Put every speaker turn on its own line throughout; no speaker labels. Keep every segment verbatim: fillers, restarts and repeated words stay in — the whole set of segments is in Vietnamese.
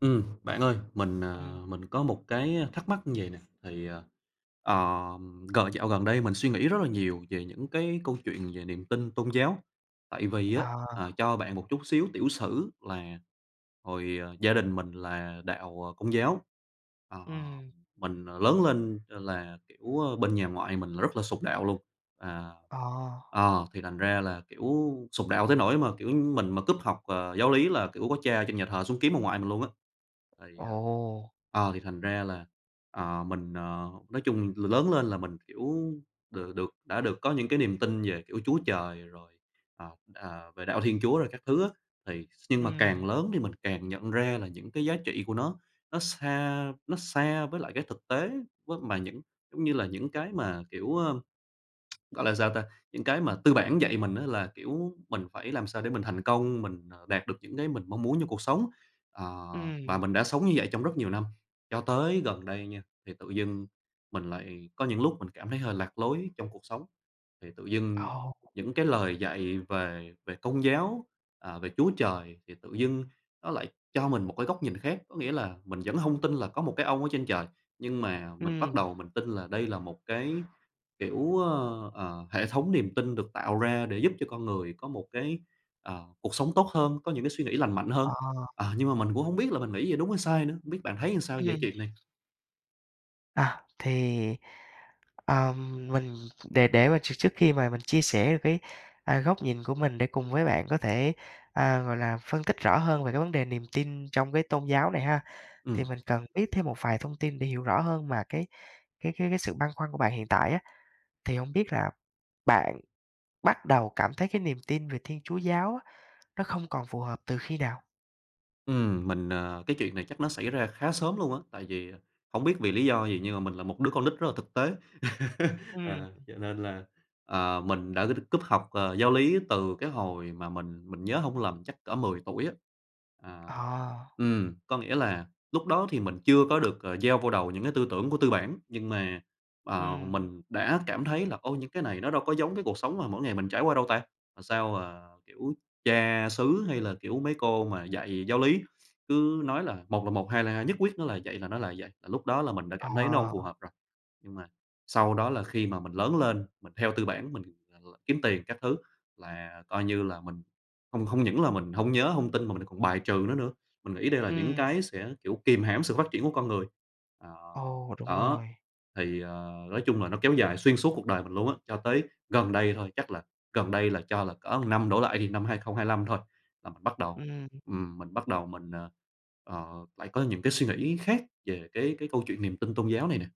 Ừm, bạn ơi, mình,
Ừm.
à, mình có một cái thắc mắc như vầy nè, thì, à, ờ, gần dạo gần đây mình suy nghĩ rất là nhiều về những cái câu chuyện về niềm tin tôn giáo. Tại vì á, ờ,
À.
cho bạn một chút xíu tiểu sử là hồi, ờ, gia đình mình là đạo, ờ, Công giáo. ờ,
Ừm.
mình, ờ, lớn lên là, kiểu, ơ, bên nhà ngoại mình là rất là sụp đạo luôn. à
À.
Ờ, thì thành ra là, kiểu, sụt đạo tới nỗi mà, kiểu, mình mà cúp học, ờ, giáo lý là, kiểu, có tra trên nhà thờ xuống kiếm ông ngoại mình luôn á. Thì, ờ
Ồ.
ờ, thì thành ra là, ờ, mình, ờ nói chung l lớn lên là mình, kiểu, được được đã được có những cái niềm tin về, kiểu, Chúa Trời rồi, ờ, à, về đạo Thiên Chúa rồi các thứ á. Thì nhưng mà
Ừm,
càng lớn thì mình càng nhận ra là những cái giá trị của nó nó xa nó xa với lại cái thực tế với mà những giống như là những cái mà, kiểu, gọi là sao ta? Những cái mà tư bản dạy mình á là, kiểu, mình phải làm sao để mình thành công, mình, ờ, đạt được những cái mình mong muốn trong cuộc sống. Ờ,
ừm.
và mình đã sống như vậy trong rất nhiều năm, cho tới gần đây nha, thì tự dưng mình lại có những lúc mình cảm thấy hơi lạc lối trong cuộc sống, thì tự dưng
Ồ.
những cái lời dạy về về Công giáo, à, về Chúa Trời thì tự dưng nó lại cho mình một cái góc nhìn khác. Có nghĩa là mình vẫn không tin là có một cái ông ở trên trời, nhưng mà mình bắt
Ừm.
đầu mình tin là đây là một cái, kiểu, ơ, ờ, hệ thống niềm tin được tạo ra để giúp cho con người có một cái, ờ, cuộc sống tốt hơn, có những cái suy nghĩ lành mạnh hơn.
Ờ.
Ờ, nhưng mà mình cũng không biết là mình nghĩ vậy đúng hay sai nữa, hông biết bạn thấy làm sao về
Ừm.
chuyện này?
À, thì, ờm, mình để để mà tr trước khi mà mình chia sẻ được cái, à, góc nhìn của mình để cùng với bạn có thể, à, gọi là, phân tích rõ hơn về cái vấn đề niềm tin trong cái tôn giáo này ha, thì
Ừ,
mình cần biết thêm một vài thông tin để hiểu rõ hơn mà cái cái cái cái sự băn khoăn của bạn hiện tại á. Thì hông biết là bạn bắt đầu cảm thấy cái niềm tin về Thiên Chúa giáo á, Nó không còn phù hợp từ khi nào?
ừm, mình, ờ cái chuyện này chắc nó xảy ra khá sớm luôn á, tại vì không biết vì lý do gì nhưng mà mình là một đứa con nít rất là thực tế.
Ừm,
Ờ, cho nên là, ờ, mình đã cúp học, ờ, giáo lý từ cái hồi mà mình mình nhớ không lầm chắc cỡ mười tuổi á. À,
ờ,
ừm, có nghĩa là lúc đó thì mình chưa có được, ờ, gieo vô đầu những cái tư tưởng của tư bản, nhưng mà, ờ,
ừm,
mình đã cảm thấy là ô những cái này nó đâu có giống cái cuộc sống mà mỗi ngày mình trải qua đâu ta? Mà sao, ờ, kiểu, cha xứ hay là, kiểu, mấy cô mà dạy giáo lý cứ nói là "một là một, hai là hai, nhất quyết nó là vậy là nó là vậy." Là lúc đó là mình đã cảm thấy nó không phù
ờ,
hợp rồi, nhưng mà sau đó là khi mà mình lớn lên, mình theo tư bản, mình, ờ, kiếm tiền các thứ là coi như là mình không không những là mình hông nhớ, hông tin mà mình còn bài trừ nó nữa. Mình nghĩ đây là những
ừm,
cái sẽ, kiểu, kìm hãm sự phát triển của con người. Ờ,
ồ, đúng
Đó,
rồi,
thì, ờ, nói chung là nó kéo dài xuyên suốt cuộc đời mình luôn á, cho tới gần đây thôi, chắc là gần đây là cho là cỡ năm đổ lại đi, năm hai không hai lăm thôi là mình bắt đầu
ừm,
ừm, mình bắt đầu mình, ờ, ờ, lại có những cái suy nghĩ khác về cái cái câu chuyện niềm tin tôn giáo này nè.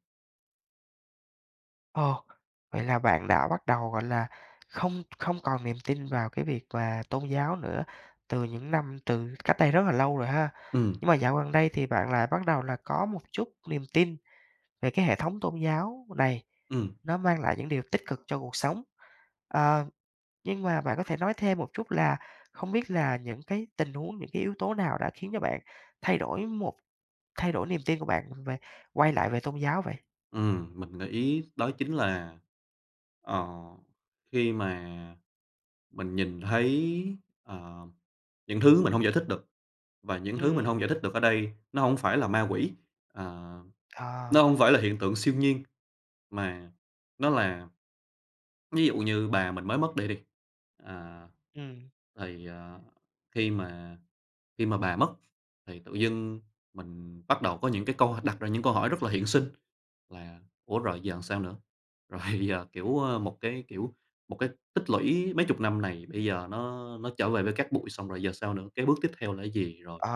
ồ, vậy là bạn đã bắt đầu, gọi là, không không còn niềm tin vào cái việc mà tôn giáo nữa từ những năm từ cách đây rất là lâu rồi ha.
Ừm,
Nhưng mà dạo gần đây thì bạn lại bắt đầu là có một chút niềm tin về cái hệ thống tôn giáo này,
ừm.
nó mang lại những điều tích cực cho cuộc sống. Ờ. Nhưng mà bạn có thể nói thêm một chút là không biết là những cái tình huống, những cái yếu tố nào đã khiến cho bạn thay đổi một thay đổi niềm tin của bạn về quay lại về tôn giáo vậy?
Ừm, mình nghĩ đó chính là, ờ, khi mà mình nhìn thấy, ờ, những thứ mình không giải thích được, và những thứ mình
Ừm,
không giải thích được ở đây nó không phải là ma quỷ, ờ,
ờ,
nó không phải là hiện tượng siêu nhiên, mà nó là ví dụ như bà mình mới mất đi đi, à,
ừm,
thì, ờ, khi mà khi mà bà mất thì tự dưng mình bắt đầu có những cái câu đặt ra những câu hỏi rất là hiện sinh. Là ủa, rồi giờ làm sao nữa? Rồi giờ, kiểu, ơ, một cái, kiểu, một cái tích lũy mấy chục năm này bây giờ nó nó trở về với cát bụi, xong rồi giờ sao nữa? Cái bước tiếp theo là cái gì? Rồi,
ờ,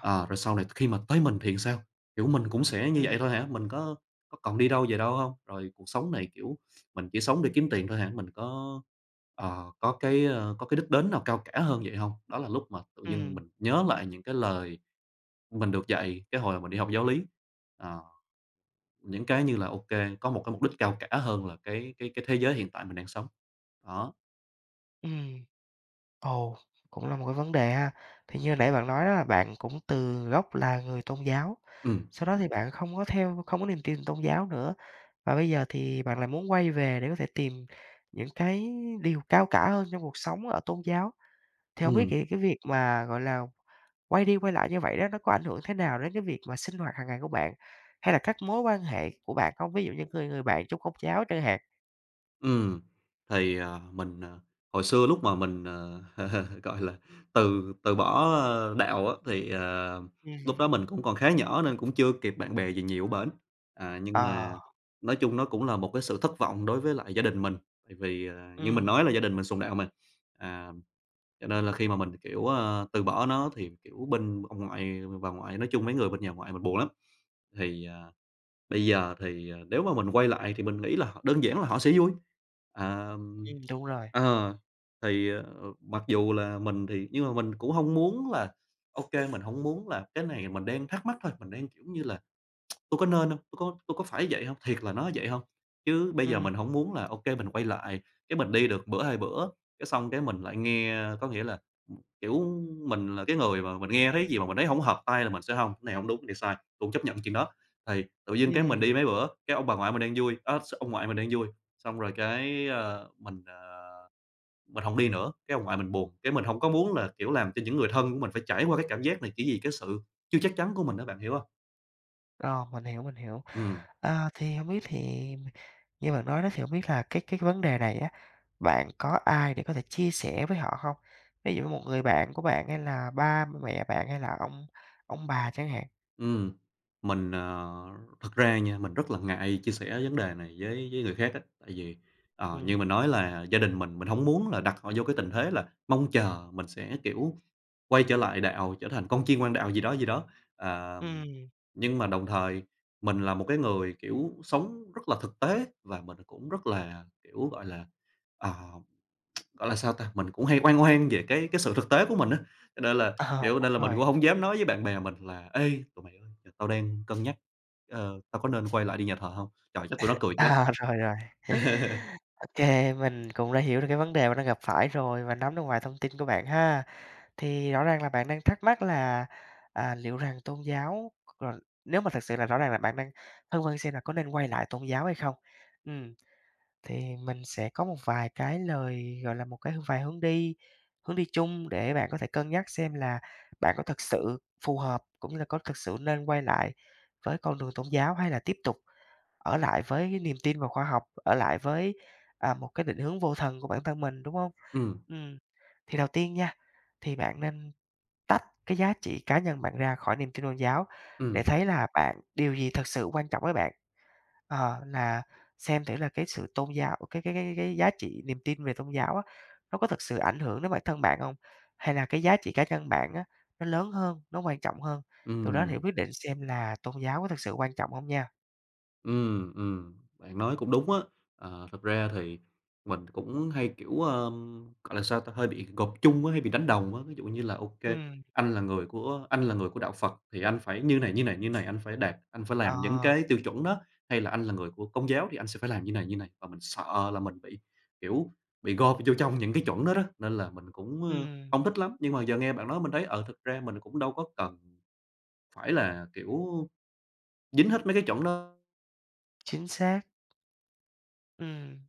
à rồi sau này khi mà tới mình thì sao? Kiểu, mình cũng sẽ như
ừm,
vậy thôi hả? Mình có có còn đi đâu về đâu không? Rồi cuộc sống này, kiểu, mình chỉ sống để kiếm tiền thôi hả? Mình có, ờ, có cái, ơ, có cái đích đến nào cao cả hơn vậy không? Đó là lúc mà tự dưng
ừm,
mình nhớ lại những cái lời mình được dạy cái hồi mà mình đi học giáo lý. Ờ. Những cái như là, ok, có một cái mục đích cao cả hơn là cái cái cái thế giới hiện tại mình đang sống. Đó.
ừm. Ồ, cũng là một cái vấn đề ha. Thì như nãy bạn nói đó là bạn cũng từ gốc là người tôn giáo,
ừm.
sau đó thì bạn không có theo không có niềm tin tôn giáo nữa, và bây giờ thì bạn lại muốn quay về để có thể tìm những cái điều cao cả hơn trong cuộc sống ở tôn giáo. Thì hông biết
Ừm.
thì cái việc mà, gọi là, quay đi quay lại như vậy đó, nó có ảnh hưởng thế nào đến cái việc mà sinh hoạt hàng ngày của bạn, hay là các mối quan hệ của bạn không? Ví dụ như người người bạn chung công cháu chẳng hạn.
Ừm, thì, ờ, mình, ờ, hồi xưa lúc mà mình, ờ, gọi là, từ từ bỏ, ơ, đạo á, thì, ờ, lúc đó
Ừm.
mình cũng còn khá nhỏ nên cũng chưa kịp bạn bè gì nhiều bển. À, nhưng
Ờ,
mà nói chung nó cũng là một cái sự thất vọng đối với lại gia đình mình, tại vì, ờ, như mình
ừm,
nói là gia đình mình sùng đạo mà, à, cho nên là khi mà mình, kiểu, ờ, từ bỏ nó thì, kiểu, bên ông ngoại ờ, bà ngoại nói chung mấy người bên nhà ngoại mình buồn lắm. Thì, à Bây giờ thì, ờ, nếu mà mình quay lại thì mình nghĩ là họ đơn giản là họ sẽ vui. Ờm,
ừm, đúng rồi,
ờ, thì, ờ, mặc dù là mình thì nhưng mà mình cũng hông muốn là ô kê, mình hổng muốn là cái này mình đang thắc mắc thôi, mình đang, kiểu như là, tôi có nên hông? Tôi có tôi có phải vậy hông? Thiệt là nó vậy hông? Chứ bây giờ
ừm,
mình hổng muốn là ô kê mình quay lại, cái mình đi được bữa, hai bữa, cái xong cái mình lại nghe có nghĩa là, ừm, kiểu, mình là cái người mà mình nghe thấy gì mà mình thấy hổng hợp tai là mình sẽ hông, cái này hổng đúng, cái này sai, tôi hông chấp nhận chuyện đó. Thì tự dưng cái mình
ừm,
đi mấy bữa, cái ông bà ngoại mình đang vui, á, s ông ngoại mình đang vui, xong rồi cái, ờ, mình, ờ, mình hổng đi nữa, cái ông ngoại mình buồn, cái mình hông có muốn là, kiểu, làm cho những người thân của mình phải trải qua cái cảm giác này chỉ vì cái sự chưa chắc chắn của mình á, bạn hiểu hông?
ờ, mình hiểu, mình hiểu.
Ừm.
Ờ, thì hông biết thì như bạn nói đó thì hông biết là cái cái vấn đề này á, bạn có ai để có thể chia sẻ với họ không? Ví dụ một người bạn của bạn hay là ba mẹ bạn hay là ông ông bà chẳng hạn.
Ừm, mình, ờ thật ra nha, mình rất là ngại chia sẻ vấn đề này với với người khác á. Tại vì, ờ,
Ừm,
như mình nói là gia đình mình, mình không muốn là đặt họ vô cái tình thế là mong chờ mình sẽ, kiểu, quay trở lại đạo, trở thành con chiên ngoan đạo gì đó, gì đó. Ờ,
ừm,
nhưng mà đồng thời mình là một cái người, kiểu, sống rất là thực tế và mình cũng rất là, kiểu, gọi là, ờ gọi là sao ta? Mình cũng hay oan oan về cái cái sự thực tế của mình á, cho nên là,
ờ,
kiểu,
đúng
nên là mình
rồi.
cũng không dám nói với bạn bè mình là "Ê, tụi mày ơi, tao đang cân nhắc, ờ, tao có nên quay lại đi nhà thờ không Trời, chắc tụi nó cười chết."
À, rồi, rồi. Ô kê, mình cũng đã hiểu được cái vấn đề bạn đang gặp phải rồi và nắm được vài thông tin của bạn ha. Thì rõ ràng là bạn đang thắc mắc là, à, liệu rằng tôn giáo rồi nếu mà thực sự là rõ ràng là bạn đang phân vân xem là có nên quay lại tôn giáo hay không? Ừm, thì mình sẽ có một vài cái lời, gọi là, một cái vài hướng đi hướng đi chung để bạn có thể cân nhắc xem là bạn có thực sự phù hợp, cũng như là có thực sự nên quay lại với con đường tôn giáo hay là tiếp tục ở lại với cái niềm tin vào khoa học, ở lại với, à, một cái định hướng vô thần của bản thân mình, đúng không?
Ừm,
Ừm, thì đầu tiên nha, thì bạn nên tách cái giá trị cá nhân bạn ra khỏi niềm tin tôn giáo để
ừm,
thấy là bạn điều gì thật sự quan trọng với bạn. Ờ, là xem thử là cái sự tôn giáo cái cái cái cái giá trị niềm tin về tôn giáo á, nó có thực sự ảnh hưởng đến bản thân bạn không? Hay là cái giá trị cá nhân bạn á, nó lớn hơn, nó quan trọng hơn? Từ đó thì
ừm.
quyết định xem là tôn giáo có thực sự quan trọng không nha.
Ừm, ừm, bạn nói cũng đúng á. Ờ, thật ra thì mình cũng hay, kiểu, ờm, gọi là sao ta, hơi bị gộp chung á, hay bị đánh đồng á. Ví dụ như là, ok,
Ừm,
anh là người của anh là người của đạo Phật thì anh phải như này, như này, như này, anh phải đạt anh phải
ờ.
làm những cái tiêu chuẩn đó, hay là anh là người của Công giáo thì anh sẽ phải làm như này, như này. Và mình sợ là mình bị, kiểu, bị gộp vô trong những cái chuẩn đó đó, nên là mình cũng, ơ,
Ừm,
hông thích lắm. Nhưng mà giờ nghe bạn nói mình thấy, ờ, thực ra mình cũng đâu có cần phải là, kiểu, dính hết mấy cái chuẩn đó,
chính xác. Ừm,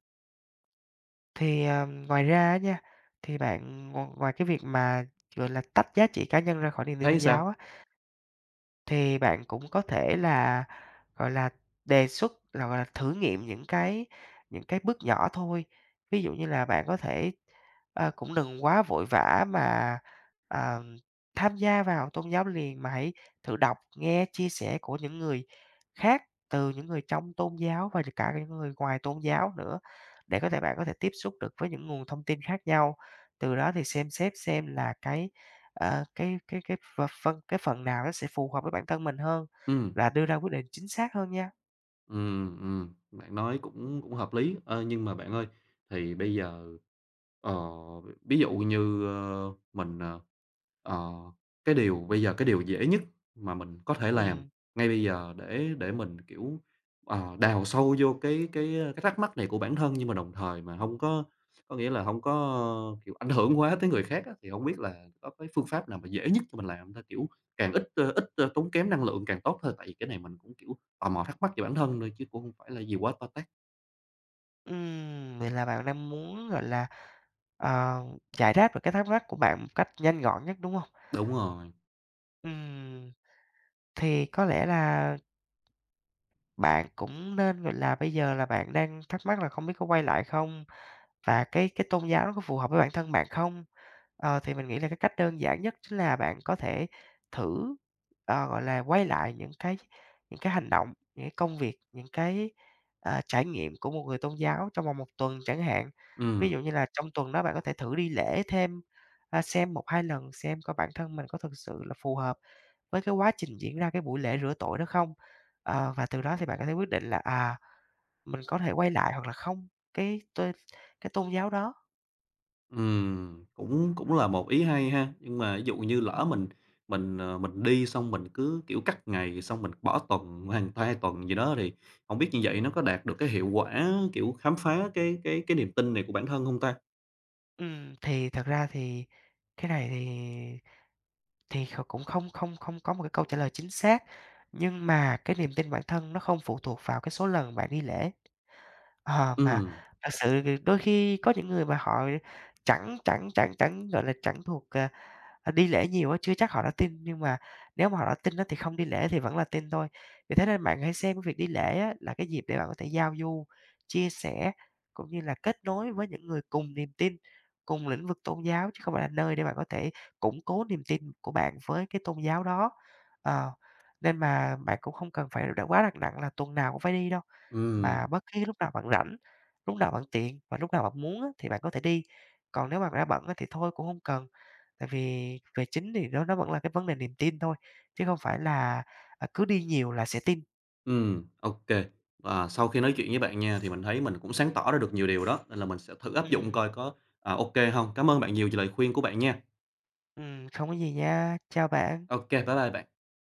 thì, à, ngoài ra á nha, thì bạn ngoài ngoài cái việc mà, gọi là, tách giá trị cá nhân ra khỏi niềm tin tôn
thấy sao?
giáo á, thì bạn cũng có thể là, gọi là, đề xuất là, gọi là, thử nghiệm những cái những cái bước nhỏ thôi. Ví dụ như là bạn có thể, ờ, cũng đừng quá vội vã mà, ờ, tham gia vào tôn giáo liền, mà hãy thử đọc, nghe chia sẻ của những người khác, từ những người trong tôn giáo và cả những người ngoài tôn giáo nữa, để có thể bạn có thể tiếp xúc được với những nguồn thông tin khác nhau. Từ đó thì xem xét xem là cái Ờ, cái cái cái v phân cái phần nào nó sẽ phù hợp với bản thân mình hơn,
Ừm.
là đưa ra quyết định chính xác hơn nha.
Ừ, ừm, Bạn nói cũng cũng hợp lý. Ơ, nhưng mà bạn ơi, thì bây giờ, ờ, ví dụ như, ơ, mình, ờ, ờ, cái điều bây giờ cái điều dễ nhất mà mình có thể làm
Ừm,
ngay bây giờ để để mình, kiểu, ờ, đào sâu vô cái cái, cái thắc mắc này của bản thân nhưng mà đồng thời mà không có có nghĩa là không có, ờ, kiểu, ảnh hưởng quá tới người khác á, thì không biết là có cái phương pháp nào mà dễ nhất cho mình làm hông ta? Kiểu, càng ít, ơ, ít, ơ, tốn kém năng lượng càng tốt thôi, tại vì cái này mình cũng, kiểu, tò mò thắc mắc về bản thân thôi chứ cũng không phải là gì quá to tát.
ừm, vậy là bạn đang muốn, gọi là, ờ, giải đáp được cái thắc mắc của bạn một cách nhanh gọn nhất, đúng không?
Đúng rồi.
Ừm, thì có lẽ là bạn cũng nên, gọi là, bây giờ là bạn đang thắc mắc là không biết có quay lại không? Và cái cái tôn giáo nó có phù hợp với bản thân bạn không? Ờ, thì mình nghĩ là cái cách đơn giản nhất chính là bạn có thể thử, ờ, gọi là, quay lại những cái những cái hành động, những cái công việc, những cái, ờ, trải nghiệm của một người tôn giáo trong vòng một tuần chẳng hạn. Ví
ừm,
dụ như là trong tuần đó bạn có thể thử đi lễ thêm, a, xem một hai lần xem coi bản thân mình có thực sự là phù hợp với cái quá trình diễn ra cái buổi lễ rửa tội đó không? Ờ, và từ đó thì bạn có thể quyết định là, à, mình có thể quay lại hoặc là không cái t cái tôn giáo đó.
ừm, cũng cũng là một ý hay ha. Nhưng mà ví dụ như lỡ
Ừm,
mình mình, ờ, mình đi xong mình cứ, kiểu, cắt ngày, xong mình bỏ tuần, hàng hai tuần gì đó thì hổng biết như vậy nó có đạt được cái hiệu quả, kiểu, khám phá cái cái cái niềm tin này của bản thân hông ta?
ừm, thì thật ra thì cái này thì thì kh cũng không không không có một cái câu trả lời chính xác, nhưng mà cái niềm tin bản thân nó không phụ thuộc vào cái số lần bạn đi lễ. Ờ, mà
Ừm,
thật sự thì đôi khi có những người mà họ chẳng chẳng chẳng chẳng, gọi là, chẳng thuộc, ờ À, đi lễ nhiều á, chưa chắc họ đã tin, nhưng mà nếu mà họ đã tin á, thì không đi lễ thì vẫn là tin thôi. Vì thế nên bạn hãy xem cái việc đi lễ á, là cái dịp để bạn có thể giao du, chia sẻ, cũng như là kết nối với những người cùng niềm tin, cùng lĩnh vực tôn giáo, chứ không phải là nơi để bạn có thể củng cố niềm tin của bạn với cái tôn giáo đó. Ờ, nên mà bạn cũng không cần phải đặt quá đặt nặng là tuần nào cũng phải đi đâu, mà
ừm,
bất cứ lúc nào bạn rảnh, lúc nào bạn tiện và lúc nào bạn muốn á, thì bạn có thể đi. Còn nếu mà bạn đã bận á, thì thôi cũng không cần. Tại vì về chính thì nó nó vẫn là cái vấn đề niềm tin thôi, chứ không phải là, à, cứ đi nhiều là sẽ tin.
ừm, Ô kê. Và sau khi nói chuyện với bạn nha, thì mình thấy mình cũng sáng tỏ ra được nhiều điều đó, nên là mình sẽ thử áp dụng
Ừm,
coi có, à, ô kê hông. Cảm ơn bạn nhiều về lời khuyên của bạn nha.
ừm, không có gì nha. Chào bạn.
Ô kê, bye bye bạn.